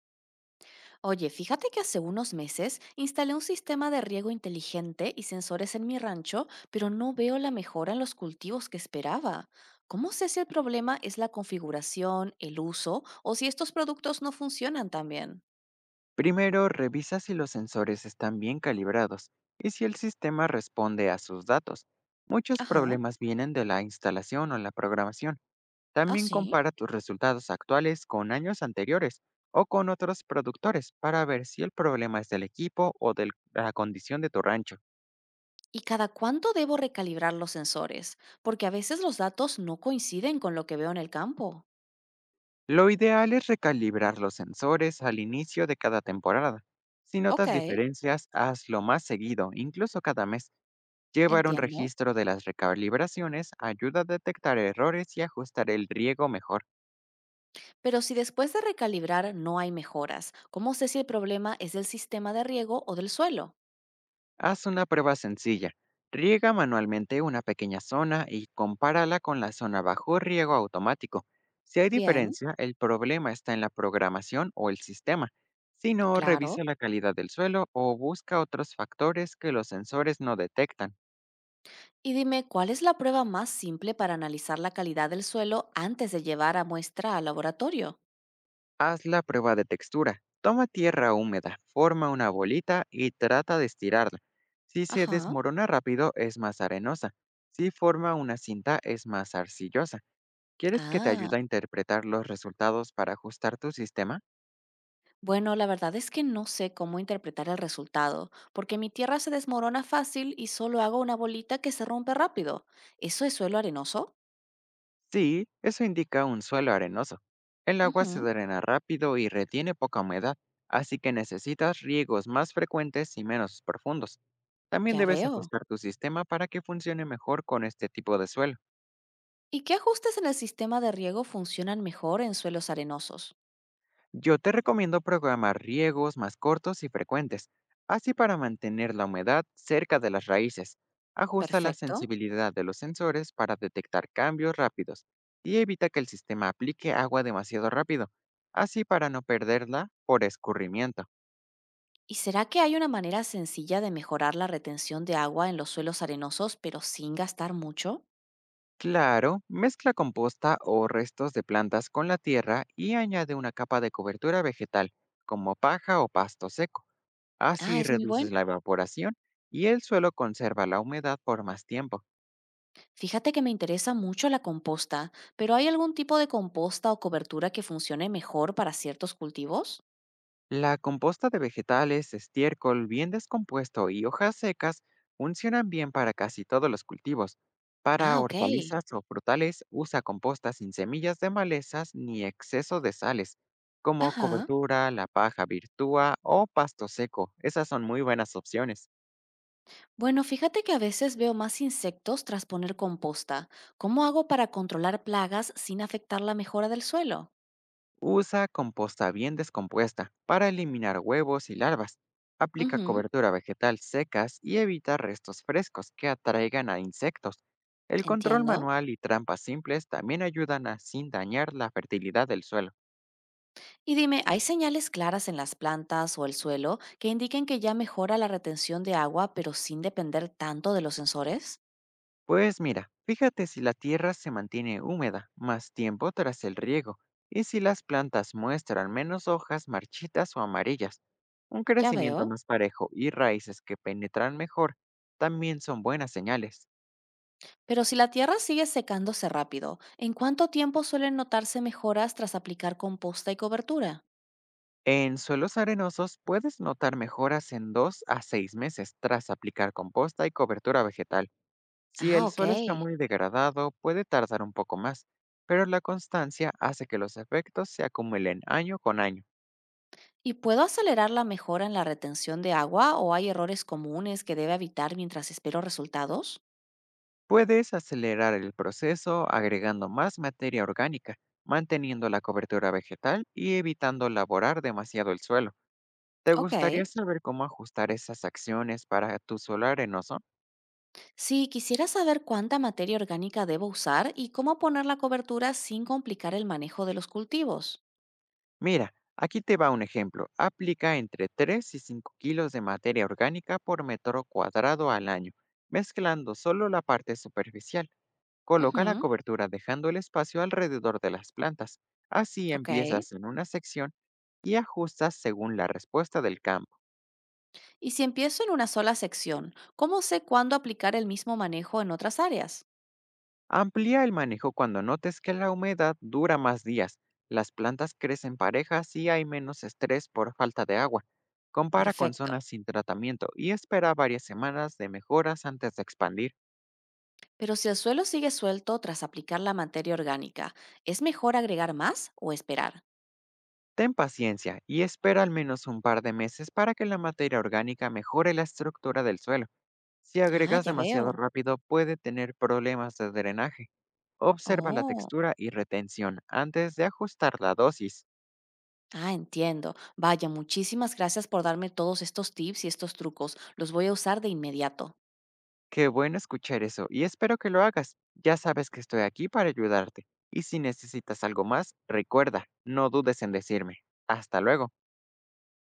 Oye, fíjate que hace unos meses instalé un sistema de riego inteligente y sensores en mi rancho, pero no veo la mejora en los cultivos que esperaba. ¿Cómo sé si el problema es la configuración, el uso o si estos productos no funcionan tan bien? Primero, revisa si los sensores están bien calibrados y si el sistema responde a sus datos. Muchos Ajá, problemas vienen de la instalación o la programación. ah, También sí. compara tus resultados actuales con años anteriores o con otros productores para ver si el problema es del equipo o de la condición de tu rancho. ¿Y cada cuánto debo recalibrar los sensores? Porque a veces los datos no coinciden con lo que veo en el campo. Lo ideal es recalibrar los sensores al inicio de cada temporada. Si Ok, notas diferencias, hazlo más seguido, incluso cada mes. Llevar un entiendo. registro de las recalibraciones ayuda a detectar errores y ajustar el riego mejor. Pero si después de recalibrar no hay mejoras, ¿cómo sé si el problema es del sistema de riego o del suelo? Haz una prueba sencilla. Riega manualmente una pequeña zona y compárala con la zona bajo riego automático. Si hay Bien, diferencia, el problema está en la programación o el sistema. Si no, claro. revisa la calidad del suelo o busca otros factores que los sensores no detectan. Y dime, ¿cuál es la prueba más simple para analizar la calidad del suelo antes de llevar a muestra al laboratorio? Haz la prueba de textura. Toma tierra húmeda, forma una bolita y trata de estirarla. Si se Ajá. desmorona rápido es más arenosa. Si forma una cinta es más arcillosa. ¿Quieres que te ayude a Ah. interpretar los resultados para ajustar tu sistema? Bueno, la verdad es que no sé cómo interpretar el resultado, porque mi tierra se desmorona fácil y solo hago una bolita que se rompe rápido. ¿Eso es suelo arenoso? Sí, eso indica un suelo arenoso. El agua se Ujú, drena rápido y retiene poca humedad, así que necesitas riegos más frecuentes y menos profundos. También ya debes veo. ajustar tu sistema para que funcione mejor con este tipo de suelo. ¿Y qué ajustes en el sistema de riego funcionan mejor en suelos arenosos? Yo te recomiendo programar riegos más cortos y frecuentes, así para mantener la humedad cerca de las raíces. Ajusta la Perfecto. sensibilidad de los sensores para detectar cambios rápidos y evita que el sistema aplique agua demasiado rápido, así para no perderla por escurrimiento. ¿Y será que hay una manera sencilla de mejorar la retención de agua en los suelos arenosos, pero sin gastar mucho? Claro, mezcla composta o restos de plantas con la tierra y añade una capa de cobertura vegetal, como paja o pasto seco. Ah, Así es muy bueno. reduces la evaporación y el suelo conserva la humedad por más tiempo. Fíjate que me interesa mucho la composta, pero ¿hay algún tipo de composta o cobertura que funcione mejor para ciertos cultivos? La composta de vegetales, estiércol bien descompuesto y hojas secas funcionan bien para casi todos los cultivos. Ah, Para ok. hortalizas o frutales, usa composta sin semillas de malezas ni exceso de sales, como Ajá. cobertura, la paja virtúa o pasto seco. Esas son muy buenas opciones. Bueno, fíjate que a veces veo más insectos tras poner composta. ¿Cómo hago para controlar plagas sin afectar la mejora del suelo? Usa composta bien descompuesta para eliminar huevos y larvas. Aplica Ujú, cobertura vegetal secas y evita restos frescos que atraigan a insectos. El control entiendo. manual y trampas simples también ayudan a sin dañar la fertilidad del suelo. Y dime, ¿hay señales claras en las plantas o el suelo que indiquen que ya mejora la retención de agua, pero sin depender tanto de los sensores? Pues mira, fíjate si la tierra se mantiene húmeda más tiempo tras el riego y si las plantas muestran menos hojas marchitas o amarillas. Un Ya crecimiento veo. más parejo y raíces que penetran mejor también son buenas señales. Pero si la tierra sigue secándose rápido, ¿en cuánto tiempo suelen notarse mejoras tras aplicar composta y cobertura? En suelos arenosos puedes notar mejoras en 2 a 6 meses tras aplicar composta y cobertura vegetal. Si Ah, el ok. suelo está muy degradado, puede tardar un poco más, pero la constancia hace que los efectos se acumulen año con año. ¿Y puedo acelerar la mejora en la retención de agua o hay errores comunes que debe evitar mientras espero resultados? Puedes acelerar el proceso agregando más materia orgánica, manteniendo la cobertura vegetal y evitando laborar demasiado el suelo. ¿Te Ok. gustaría saber cómo ajustar esas acciones para tu suelo arenoso? Sí, quisiera saber cuánta materia orgánica debo usar y cómo poner la cobertura sin complicar el manejo de los cultivos. Mira, aquí te va un ejemplo. Aplica entre 3 y 5 kilos de materia orgánica por metro cuadrado al año, mezclando solo la parte superficial. Coloca la Ujú, cobertura dejando el espacio alrededor de las plantas. Así ok. empiezas en una sección y ajustas según la respuesta del campo. Y si empiezo en una sola sección, ¿cómo sé cuándo aplicar el mismo manejo en otras áreas? Amplía el manejo cuando notes que la humedad dura más días, las plantas crecen parejas y hay menos estrés por falta de agua. Compara con Perfecto. zonas sin tratamiento y espera varias semanas de mejoras antes de expandir. Pero si el suelo sigue suelto tras aplicar la materia orgánica, ¿es mejor agregar más o esperar? Ten paciencia y espera al menos un par de meses para que la materia orgánica mejore la estructura del suelo. Si Ah, agregas ya demasiado veo. rápido puede tener problemas de drenaje. Observa la Oh. textura y retención antes de ajustar la dosis. Ah, entiendo. Vaya, muchísimas gracias por darme todos estos tips y estos trucos. Los voy a usar de inmediato. Qué bueno escuchar eso y espero que lo hagas. Ya sabes que estoy aquí para ayudarte. Y si necesitas algo más, recuerda, no dudes en decirme. Hasta luego.